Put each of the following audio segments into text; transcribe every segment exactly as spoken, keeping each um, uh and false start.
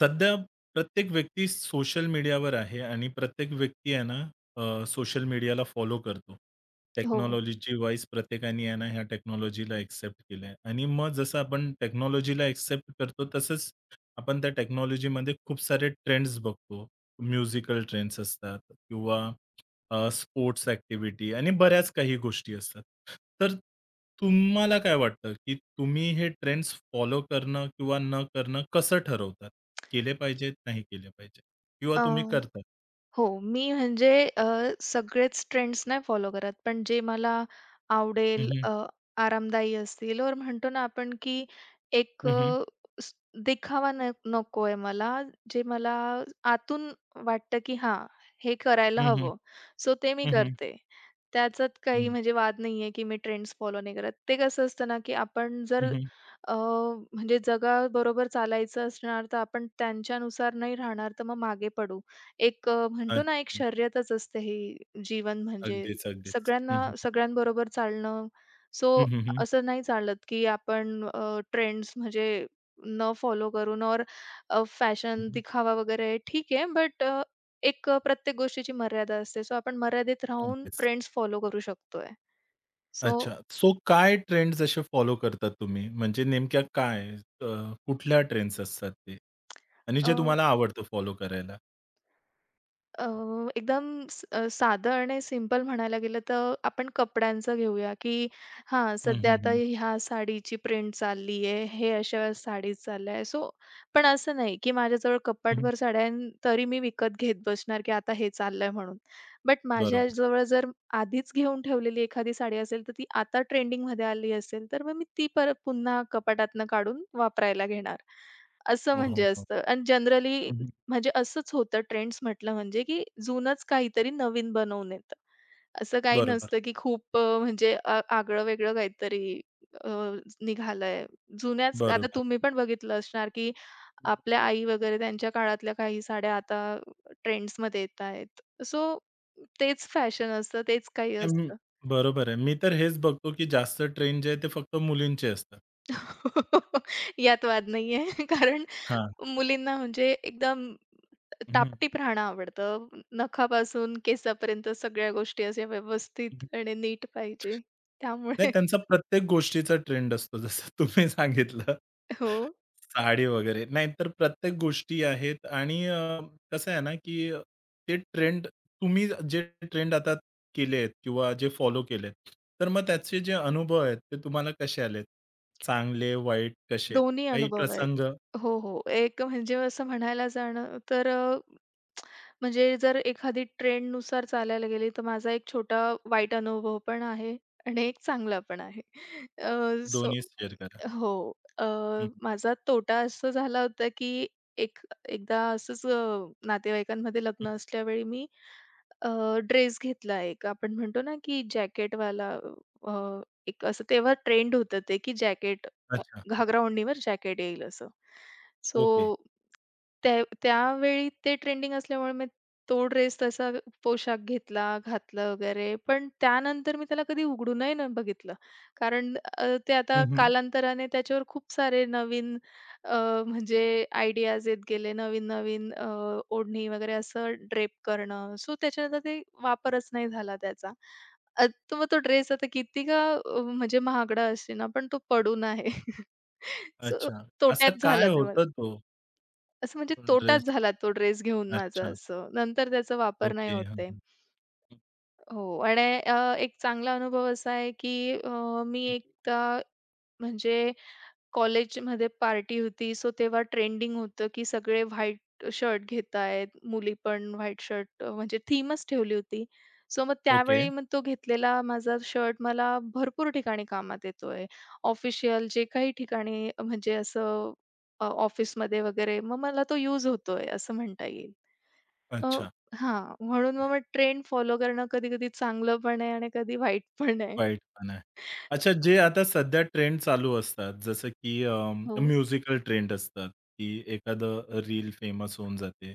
सध्या प्रत्येक व्यक्ती सोशल मीडियावर आहे आणि प्रत्येक व्यक्ती आहे ना सोशल मीडियाला फॉलो करतो. हो. टेक्नॉलॉजीची वाईज प्रत्येकाने आहे ना ह्या टेक्नॉलॉजीला एक्सेप्ट केलंय आणि मग जसं आपण टेक्नॉलॉजीला एक्सेप्ट करतो तसंच आपण त्या टेक्नॉलॉजीमध्ये खूप सारे ट्रेंड्स बघतो. म्युझिकल ट्रेंड्स असतात किंवा अ, स्पोर्ट्स ॲक्टिव्हिटी आणि बऱ्याच काही गोष्टी असतात. तर तुम्हाला काय वाटतं, की तुम्ही हे ट्रेंड्स फॉलो करणं किंवा न करणं कसं ठरवतात? केले पाहिजेत, नाही केले पाहिजेत किंवा अ, तुम्ही करता? हो. मी म्हणजे अ, सगळेच ट्रेंड्स नाही फॉलो करत, पण जे मला हं, आवडेल, हं. अ, आरामदायी असतील और म्हणतो ना आपण, की एक हं, हं. अ, स दिखावा न नकोय मला, जे मला आतून वाटतं, की हां, हे करायला हं, हं. हवं. सो ते मी हं, हं. करते. त्याच्यात काही हं. म्हणजे वाद नाहीये, की मी ट्रेंड्स फॉलो नाही करत. ते कसं असतं ना, की आपण हं, जर हं. अ, म्हणजे जगाबरोबर चालायचं असणार, तर आपण त्यांच्यानुसार नाही राहणार, तर मग मागे पडू. एक अ, म्हणतो ना, एक अच्छा. शर्यतच असते ही जीवन म्हणजे अगदीच, अगदीच. सगळ्यांना हं, हं. सगळ्यांबरोबर चालणं. हं, सो हं, हं. असं नाही चालत, की आपण ट्रेंड्स म्हणजे न फॉलो करून और फॅशन हं. दिखावा वगैरे ठीक आहे, बट एक अ, प्रत्येक गोष्टीची मर्यादा असते. सो आपण मर्यादेत राहून अगदीच. ट्रेंड्स फॉलो करू शकतोय. सो अच्छा. सो काय ट्रेंड्स असे फॉलो करता तुम्ही? म्हणजे नेमक्या काय? अ, कुठल्या ट्रेंड्स असतात ते? आणि जे तुम्हाला आवडतं फॉलो करायला? अ, एकदम स अ, साधं आणि सिंपल म्हणायला गेलं तर आपण कपड्यांचं घेऊया, की हां, हं, सध्या हं, आता हं. ह्या साडीची ट्रेंड चालली आहे, हे अशा साडीज चालल्या आहे. सो पण असं नाही, की माझ्याजवळ हं, कपाटभर साड्या आहे आणि तरी मी विकत घेत बसणार, की आता हे चाललंय म्हणून. बट बरोबर. माझ्याजवळ जर आधीच घेऊन ठेवलेली एखादी साडी असेल, तर ती आता ट्रेंडिंगमध्ये आली असेल, तर मग मी ती परत पुन्हा कपाटातनं काढून वापरायला घेणार. असं हो, हो, म्हणजे हो. असतं आणि जनरली हं, हं. म्हणजे असंच होतं ट्रेंड्स म्हटलं म्हणजे, की जुनंच काहीतरी नवीन बनवून येतं. असं काही बरोबर, नसतं, की खूप अ, म्हणजे आ आगळं-वेगळं काहीतरी अ, निघालंय. जुन्याच आता बरोबर. तुम्ही पण बघितलं असणार, की आपल्या आई वगैरे त्यांच्या काळातल्या काही साड्या आता ट्रेंड्समध्ये येतायत. सो तेच फॅशन असतं, तेच काही अं, असतं. बरोबर आहे. मी तर हेच बघतो, की जास्त ट्रेंड जे आहे ते फक्त मुलींचे असतात. यात वाद नाहीये. कारण हां. मुलींना म्हणजे एकदम हं, हं. टापटीप राहणं आवडतं. नखापासून केसापर्यंत सगळ्या गोष्टी अशा व्यवस्थित आणि नीट पाहिजे. नाही त्यामुळे त्यांचा प्रत्येक गोष्टीचा ट्रेंड असतो. जसं तुम्ही सांगितलं हो, साडी वगैरे. नाहीतर प्रत्येक गोष्टी आहेत आणि अ, कसं आहे ना, की ते ट्रेंड तुम्ही जे ट्रेंड आता केलेत किंवा जे फॉलो केलेत, तर मग त्याचे जे अनुभव आहेत ते तुम्हाला कसे आलेत? चांगले, वाईट कसे? दोन्ही काही अनुभव आहेत. प्रसंग हो, हो. एक म्हणजे असं म्हणायला जाणं तर अ, म्हणजे जर एखादी ट्रेंडनुसार चालायला गेली, तर माझा एक छोटा वाईट अनुभव पण आहे आणि एक चांगला पण आहे. अ, सो दोन्ही शेअर करा. हो. अ, हं, माझा तोटा असं झाला होता, की एक एकदा असंच अ, नातेवाईकांमध्ये लग्न हं. असल्यावेळी मी ड्रेस घेतला एक. आपण म्हणतो ना, की जॅकेटवाला अ, एक असं तेव्हा ट्रेंड होतं ते, की जॅकेट अच्छा. घागरा ओढणीवर जॅकेट येईल असं. ओके. सो त्या त्यावेळी ते ट्रेंडिंग असल्यामुळे मी तो ड्रेस तसा पोशाख घेतला, घातला वगैरे. पण त्यानंतर मी त्याला कधी उघडूनही नाही बघितलं. कारण अ, ते आता हं, हं. कालांतराने त्याच्यावर खूप सारे नवीन अ, म्हणजे आयडियाज येत गेले. नवीन-नवीन अ, ओढणी वगैरे असं ड्रेप करणं. सो त्याच्यानंतर ते वापरच नाही झाला त्याचा. अ, तर मग तो ड्रेस आता किती का अ, म्हणजे महागडा असेना, पण तो पडून आहे. सो अच्छा. तोट्यात असं काय झाला तेव्हा. होतं तो असं म्हणजे तोटाच ड्रेस? झाला तो ड्रेस घेऊन माझा अच्छा. असं. नंतर त्याचा वापर नाही ओके. होत हं, आहे. हं. हो आणि अ, एक चांगला अनुभव असा आहे, की अ, मी एकदा म्हणजे कॉलेजमध्ये पार्टी होती, सो तेव्हा ट्रेंडिंग होतं, की सगळे व्हाईट शर्ट घेतायत, मुली पण व्हाईट शर्ट अ, म्हणजे थीमच ठेवली होती. सो मग ओके. त्यावेळी मग तो घेतलेला माझा शर्ट मला भरपूर ठिकाणी कामात येतोय. ऑफिशियल जे काही ठिकाणी म्हणजे असं अ, ऑफिसमध्ये वगैरे मग मला तो यूज होतोय असं म्हणता येईल. अ, अच्छा. हां, म्हणून मग ट्रेंड फॉलो करणं कधी-कधी चांगलं पण आहे आणि कधी वाईट पण आहे. वाईटपण आहे. अच्छा जे आता सध्या ट्रेंड चालू असतात, जसं की अ, हो. म्युझिकल ट्रेंड असतात, की एखादं रील फेमस होऊन जाते.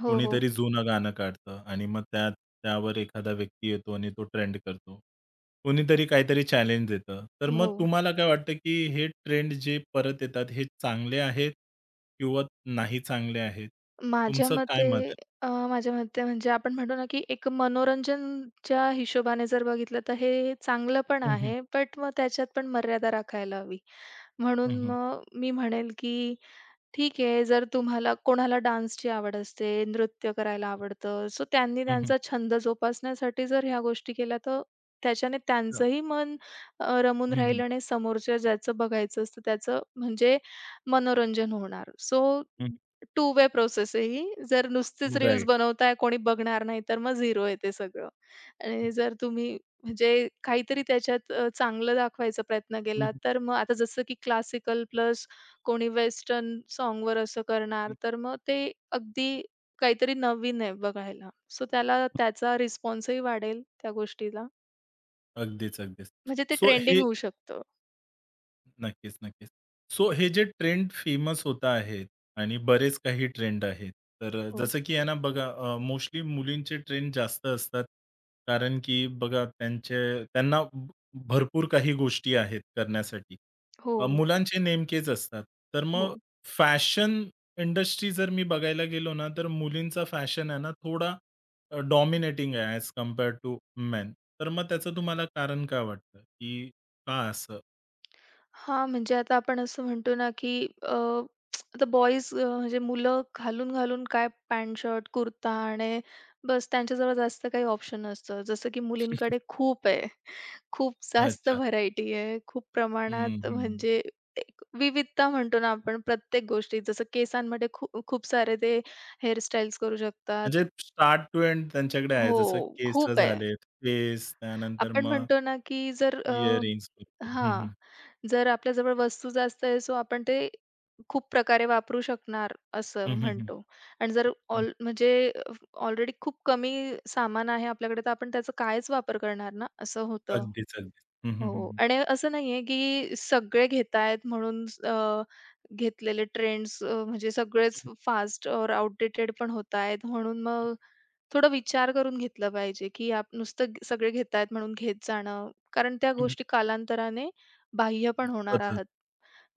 हो, हो. कोणीतरी जुनं गाणं काढतं आणि मग त्या त्यावर एखादा व्यक्ती येतो आणि तो ट्रेंड करतो. कोणीतरी काहीतरी चॅलेंज देतं. तर मग हो. तुम्हाला काय वाटतं, की हे ट्रेंड जे परत येतात, हे चांगले आहेत किंवा नाही चांगले आहेत? माझ्या तुमचं काय मत मते आहे? अ, माझ्या मते म्हणजे आपण म्हणतो ना, की एक मनोरंजनच्या हिशोबाने जर बघितलं तर हे चांगलं पण हं, हं. आहे. बट मग त्याच्यात पण मर्यादा राखायला हवी. म्हणून हं, हं. मग मी म्हणेल, की ठीक आहे, जर तुम्हाला कोणाला डान्सची आवड असते, नृत्य करायला आवडतं, सो त्यांनी हं, हं. त्यांचा छंद जोपासण्यासाठी जर ह्या गोष्टी केल्या, तर त्याच्याने त्यांचंही मन अ, रमून हं, हं. राहील आणि समोरच्या ज्याचं बघायचं असतं त्याचं म्हणजे मनोरंजन होणार. सो टू वे प्रोसेस आहे ही. जर नुसतीच हं, रील्स राइट. बनवताय, कोणी बघणार नाही, तर मग झिरो आहे सगळं. हं. आणि जर तुम्ही म्हणजे काहीतरी त्याच्यात अ, चांगलं दाखवायचा प्रयत्न केला, तर मग आता जसं की क्लासिकल प्लस कोणी वेस्टर्न सॉन्गवर असं करणार, तर मग ते अगदी काहीतरी नवीन आहे बघायला. सो त्याला त्याचा रिस्पॉन्सही वाढेल त्या गोष्टीला. अगदीच, अगदीच. म्हणजे ते सो ट्रेंडिंग हे, होऊ शकतं. नक्कीच, नक्कीच. सो हे जे ट्रेंड फेमस होत आहेत आणि बरेच काही ट्रेंड आहेत. तर अ, हो. जसं की आहे बघा मोस्टली मुलींचे ट्रेंड जास्त असतात. कारण की बघा त्यांचे त्यांना भ- भरपूर काही गोष्टी आहेत करण्यासाठी. हो, अ, मुलांचे नेमकेच असतात. तर मग हो. फॅशन इंडस्ट्री जर मी बघायला गेलो ना, तर मुलींचा फॅशन आहे ना थोडा डॉमिनेटिंग आहे ॲज कंपेअर्ड टू मेन. तर मग त्याचं तुम्हाला कारण काय वाटतं, की का असं? हां, म्हणजे आता आपण असं म्हणतो ना, की अ, आता बॉयज म्हणजे मुलं घालून-घालून काय पॅन्ट शर्ट, कुर्ता आणि बस त्यांच्याजवळ जास्त काही ऑप्शन नसतं. जसं की मुलींकडे खूप आहे. खूप जास्त अच्छा. व्हरायटी आहे. खूप हं, प्रमाणात हं. म्हणजे एक विविधता म्हणतो ना आपण प्रत्येक गोष्टीत. जसं केसांमध्ये खूप खूप सारे ते हेअर स्टाईल्स करू शकतात. म्हणजे स्टार्ट टू एंड त्यांच्याकडे आहे. हो, जसं केस खूप आहे. झाले, फेस त्यानंतर आपण मग म्हणतो ना, की जर अ, इयरिंग्स भरपूर. हं, हां, हं. जर आपल्याजवळ वस्तू जास्त आहे, सो आपण ते खूप प्रकारे वापरू शकणार असं हं, हं, हं. म्हणतो. आणि जर हं. ऑल म्हणजे ऑलरेडी खूप कमी सामान आहे आपल्याकडे, तर आपण त्याचा कायच वापर करणार ना, असं होतं. अगदीच, अगदीच. हं, हं, हो हं. आणि असं नाहीये, की सगळे घेतायत म्हणून अ, घेतलेले ट्रेंड्स अ, म्हणजे सगळेच हं, फास्ट और आउटडेटेड पण होत आहेत. म्हणून मग थोडा विचार करून घेतलं पाहिजे, की आप नुसतं ग- सगळे घेतायत म्हणून घेत जाणं. कारण त्या हं. गोष्टी कालांतराने बाह्य पण होणार बदलत. आहात.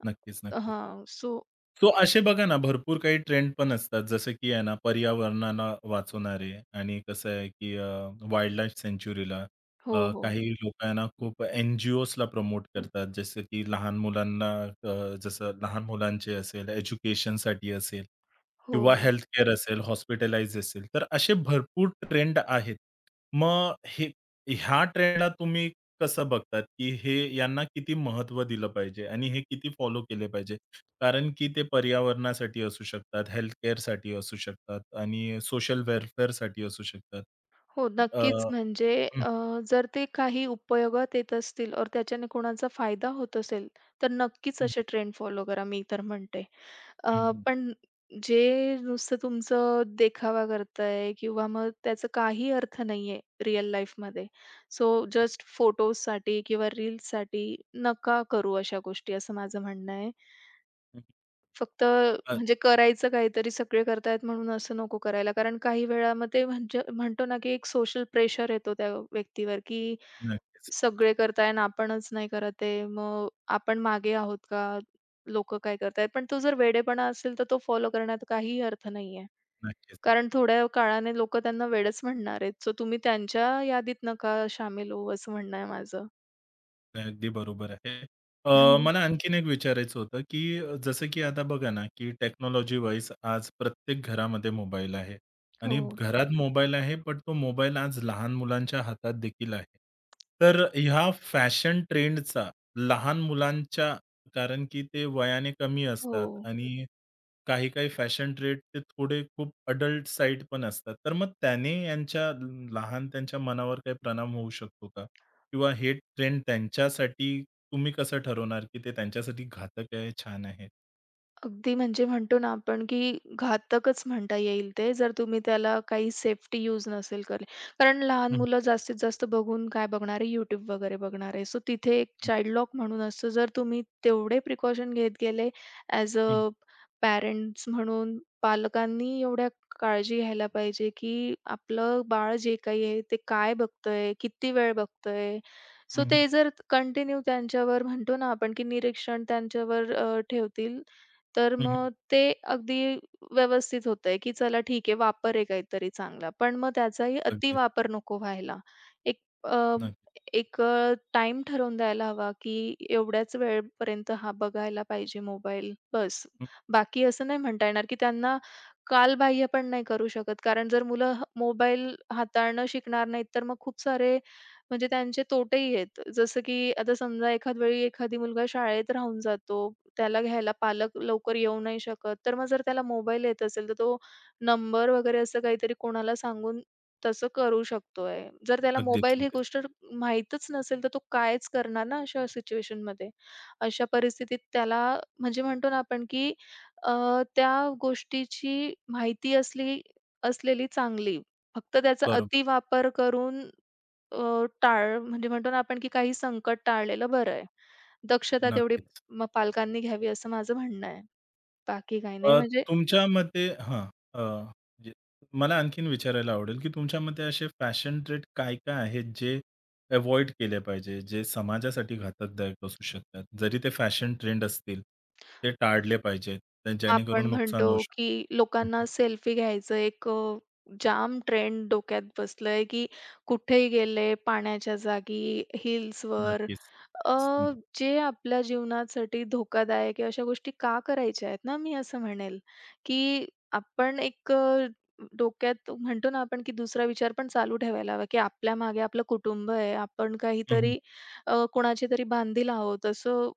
नक्कीच, नक्कीच. हां. सो सो असे बघा ना, भरपूर काही ट्रेंड पण असतात. जसं की आहे ना, पर्यावरणाला वाचवणारे आणि कसं आहे, की अ, वाईल्डलाईफ सँच्युरीला अ, हो, हो. काही लोकं आहे ना, खूप एन जी ओजला प्रमोट करतात. जसं की लहान मुलांना अ, जसं लहान मुलांचे असेल, एज्युकेशनसाठी असेल हो, किंवा हो. हेल्थ केअर असेल, हॉस्पिटलाइज असेल. तर असे भरपूर ट्रेंड आहेत. मग हे ह्या ट्रेंडला तुम्ही कसं बघतात, की हे यांना किती महत्त्व दिलं पाहिजे आणि हे किती फॉलो केले पाहिजे? कारण की ते पर्यावरणासाठी असू शकतात, हेल्थ केअरसाठी असू शकतात आणि सोशल वेलफेअरसाठी असू शकतात. हो, अ, नक्कीच. म्हणजे हं, अ, जर ते काही उपयोगात येत असतील और त्याच्याने कोणाचा फायदा होत असेल, तर नक्कीच हं, असे ट्रेंड फॉलो करा, मी तर म्हणते. अ, हं, हं, पण जे नुसतं तुमचं देखावा करतंय किंवा मग त्याचा काही अर्थ नाहीये रिअल लाईफमध्ये. सो जस्ट फोटोजसाठी किंवा रील्ससाठी नका करू अशा गोष्टी, असं माझं म्हणणं आहे. हं. फक्त अ, म्हणजे करायचं काहीतरी सगळे करतायत म्हणून असं नको करायला. कारण काही वेळा मग ते म्हणजे म्हणतो ना, की एक सोशल प्रेशर येतो त्या व्यक्तीवर, की नक्कीच, सगळे करताय आणि आपणच नाही करत आहे. मग आपण मागे आहोत का? लोकं काय करतायत? पण तो जर वेडेपणा असेल तर तो फॉलो करण्यात काहीही अर्थ नाहीये. नक्कीच. कारण थोड्या काळाने लोकं त्यांना वेडच म्हणणार आहेत. सो तुम्ही त्यांच्या यादीत नका शामील होऊ असं म्हणणं आहे माझं. अगदी बरोबर आहे. अ, हम्म. मला आणखीन एक विचारायचं होतं, की अ, जसं की आता बघा ना, की टेक्नॉलॉजी वाईज आज प्रत्येक घरामध्ये मोबाईल आहे आणि हो, घरात मोबाईल आहे, पण तो मोबाईल आज लहान मुलांच्या हातात देखील आहे. तर ह्या फॅशन ट्रेंडचा लहान मुलांच्या कारण की ते वयाने कमी हो. असतात आणि काही-काही फॅशन ट्रेंड ते थोडे खूप अडल्ट साइड पण असतात. तर मग त्याने यांच्या लहान त्यांच्या मनावर काही परिणाम होऊ शकतो का? किंवा हे ट्रेंड त्यांच्यासाठी तुम्ही कसं ठरवणार, की ते त्यांच्यासाठी घातक आहे, छान आहे? अगदी म्हणजे म्हणतो ना आपण, की घातकच म्हणता येईल ते, जर तुम्ही त्याला काही सेफ्टी यूज नसेल करले, कारण लहान हं, मुलं जास्तीत जास्त बघून काय बघणार आहे, YouTube वगैरे बघणार आहे. सो तिथे एक हं, चाइल्ड लॉक म्हणून असतं. जर तुम्ही तेवढे प्रिकॉशन घेत गेले ॲज हं, अ पॅरेंट्स म्हणून, पालकांनी एवढ्या काळजी घ्यायला पाहिजे, की आपलं बाळ जे काही आहे, ते काय बघतंय, किती वेळ बघतंय. हं, सो हं, ते जर कंटिन्यू त्यांच्यावर म्हणतो ना आपण, की निरीक्षण त्यांच्यावर अ, ठेवतील तर हं, हं. मग ते अगदी व्यवस्थित होतंय, की चला ठीक आहे वापर आहे काहीतरी चांगला. पण मग त्याचाही अगदीच. अतिवापर नको व्हायला. एक अ, नक्की. एक टाइम टाईम ठरवून द्यायला हवा, की एवढ्याच वेळपर्यंत हा बघायला पाहिजे मोबाईल बस. हं. बाकी असं नाही म्हणता येणार, की त्यांना कालबाह्य पण नाही करू शकत. कारण जर मुलं ह मोबाईल हाताळणं शिकणार नाहीत, तर मग खूप सारे म्हणजे त्यांचे तोटेही आहेत. जसं की आता समजा एखाद वेळी एखादी मुलगा शाळेत राहून जातो त्याला घ्यायला पालक लवकर येऊ नाही शकत. तर मग जर त्याला मोबाईल येत असेल, तर तो नंबर वगैरे असं काहीतरी कोणाला सांगून तसं करू शकतोय. जर त्याला अगदीच, मोबाईल ही अगदीच. गोष्ट माहीतच नसेल, तर तो कायच करणार ना अशा सिच्युएशनमध्ये. अशा परिस्थितीत त्याला म्हणजे म्हणतो ना आपण, की अ, त्या गोष्टीची माहिती असली असलेली चांगली. फक्त त्याचा बरोबर. अतिवापर करून अ, टाळ म्हणजे म्हणतो ना आपण की काही संकट टाळलेलं बरं आहे. दक्षता तेवढी नक्कीच. मग पालकांनी घ्यावी असं माझं म्हणणं आहे. बाकी काही नाही अ, म्हणजे तुमच्या मते हां, अ, जे मला आणखीन विचारायला आवडेल, की तुमच्या मते असे फॅशन ट्रेट काय-काय आहेत, जे अव्हॉइड केले पाहिजे, जे समाजासाठी घातकदायक असू शकतात? जरी ते फॅशन ट्रेंड असतील, ते टाळले पाहिजेत, तर आपण जेणेकरून नुकसान होऊ म्हणतो, शकतं. की लोकांना हं, सेल्फी घ्यायचं एक अ, जाम ट्रेंड डोक्यात बसलंय, की कुठेही गेले पाण्याच्या जागी, हिल्सवर. नक्कीच, अ, नक्कीच. हं, जे आपल्या जीवनासाठी धोकादायक आहे अशा गोष्टी का करायच्या आहेत ना, मी असं म्हणेल, की आपण एक अ, डोक्यात म्हणतो ना आपण, की दुसरा विचार पण चालू ठेवायला हवा, की आपल्या मागे आपलं कुटुंब आहे. आपण हं, काहीतरी अ, कोणाची तरी बांधील आहोत असं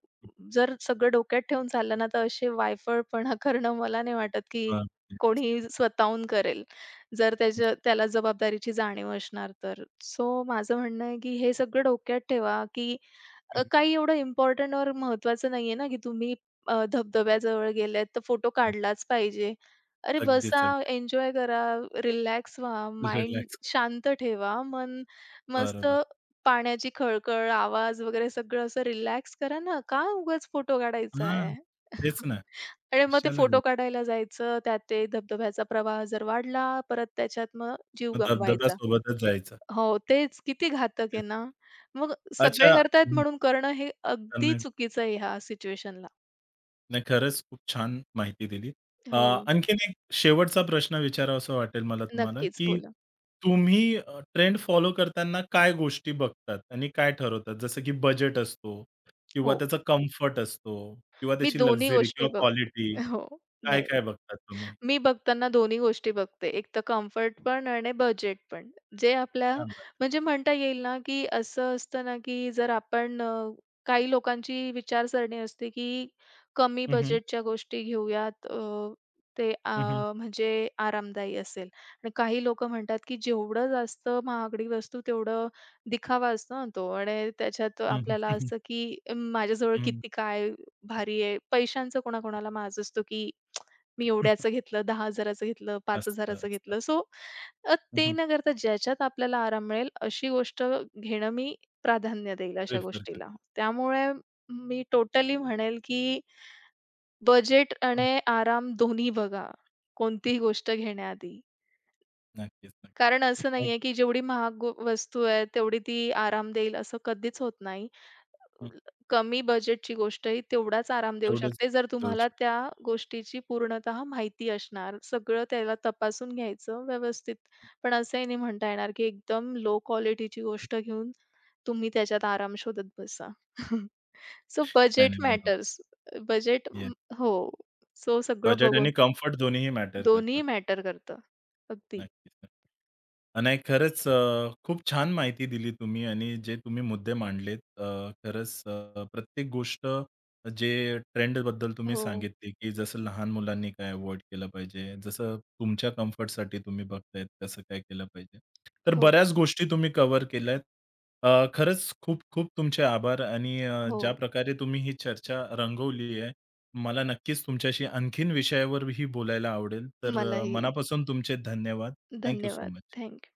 जर सगळं डोक्यात ठेवून चाललं ना, तर असे वायफळपणा करणं मला नाही वाटत, की बापरे! कोणी स्वतःहून करेल. जर त्याच्या त्याला जबाबदारीची जाणीव असणार तर. सो माझं म्हणणं आहे, की हे सगळं डोक्यात ठेवा, की अ, हं, काही एवढं इम्पोर्टंट और महत्त्वाचं नाहीये ना, की तुम्ही अ, धबधब्याजवळ गेलेत तर फोटो काढलाच पाहिजे. अरे बसा, अगदीच, अगदीच. एन्जॉय करा, रिलॅक्स व्हा, माइंड रिलॅक्स. शांत ठेवा, मन मस्त बरोबर. पाण्याची खळखळ, आवाज वगैरे सगळं असं रिलॅक्स करा ना. का उगाच फोटो काढायचा हां, आहे? तेच ना. आणि मग ते कशाला घेऊ? फोटो काढायला जायचं, त्यात ते धबधब्याचा प्रवाह जर वाढला, परत त्याच्यात मग जीव मग गमवायचा. धबधब्यासोबतच जायचं. हो, तेच किती घातक आहे तेच. ना. मग सगळे अच्छा. करतायत म्हणून करणं हे अगदी हं. चुकीचं आहे ह्या सिच्युएशनला. नाही, खरंच खूप छान माहिती दिली. अ, हो, आणखीन एक शेवटचा प्रश्न विचारावासा वाटेल मला तुम्हाला, नक्कीच की बोला. तुम्ही अ, ट्रेंड फॉलो करताना काय गोष्टी बघतात आणि काय ठरवतात? जसं की बजेट असतो किंवा हो, त्याचा कम्फर्ट असतो किंवा मी त्याची दोन्ही लक्झरी गोष्टी किंवा बघते. क्वालिटी हो, नाही. काय-काय बघतात तुम्ही? मी बघताना दोन्ही गोष्टी बघते. एक तर कम्फर्ट पण आणि बजेट पण. जे आपल्या क्या बात म्हणजे म्हणता येईल ना, की असं असतं ना, की जर आपण अ, काही लोकांची विचारसरणी असते, की कमी है! हं, हं. बजेटच्या गोष्टी घेऊयात. अ, ते हं, हं. आ, म्हणजे आरामदायी असेल आणि काही लोकं म्हणतात, की जेवढं जास्त महागडी वस्तू तेवढं दिखावा असतो ना तो आणि त्याच्यात हं, हं. आपल्याला हं, हं. असं, की अम, माझ्याजवळ हं. किती काय भारी आहे. पैशांचं कोणाकोणाला माज असतो, की मी एवढ्याचं घेतलं, 10,000चं घेतलं, असतं, 5,000चं असतं. घेतलं. सो हं, ते हं. न करता ज्याच्यात आपल्याला आराम मिळेल अशी गोष्ट घेणं मी प्राधान्य देईल अशा प्रिफर करतात. गोष्टीला. त्यामुळे मी टोटली म्हणेल, की बजेट आणि आराम दोन्ही बघा, कोणतीही गोष्ट घेण्याआधी. नक्कीच, कारण असं नक्कीच. नाहीये, की जेवढी महाग गो वस्तू आहे तेवढी ती आराम देईल असं कधीच होत नाही. हं. कमी बजेटची गोष्ट ही तेवढाच आराम देऊ तेवढंच शकते, जर देऊ तुम्हाला शकतो. त्या गोष्टीची पूर्णतः माहिती असणार. सगळं त्याला तपासून घ्यायचं व्यवस्थित. पण असंही नाही म्हणता येणार, की एकदम लो क्वालिटीची गोष्ट घेऊन तुम्ही त्याच्यात आराम शोधत बसा. सो नाही, बजेट नाही. बरोबर. मॅटर्स. Budget yes. हो. सो सगळं बजेट आणि बघून कम्फर्ट दोन्हीही मॅटर दोन्ही करतात. मॅटर करतं. अगदी. नक्कीच, नक्कीच. अ, नाही खरंच अ, खूप छान माहिती दिली तुम्ही आणि जे तुम्ही मुद्दे मांडलेत अ, खरंच अ, प्रत्येक गोष्ट जे ट्रेंडबद्दल तुम्ही हो, सांगितली, की जसं लहान मुलांनी काय अव्हॉइड केलं पाहिजे, जसं तुमच्या कम्फर्टसाठी तुम्ही बघतायत कसं काय केलं पाहिजे. तर हो, बऱ्याच गोष्टी तुम्ही कव्हर केल्यात. अ, खरंच खूप-खूप तुमचे आभार आणि अ, हो. ज्या प्रकारे तुम्ही ही चर्चा रंगवली आहे मला नक्कीच तुमच्याशी आणखीन विषयावरही बोलायला आवडेल. तर अ, मलाही. मनापासून तुमचे धन्यवाद. थँक सो धन्यवाद. मच. थँक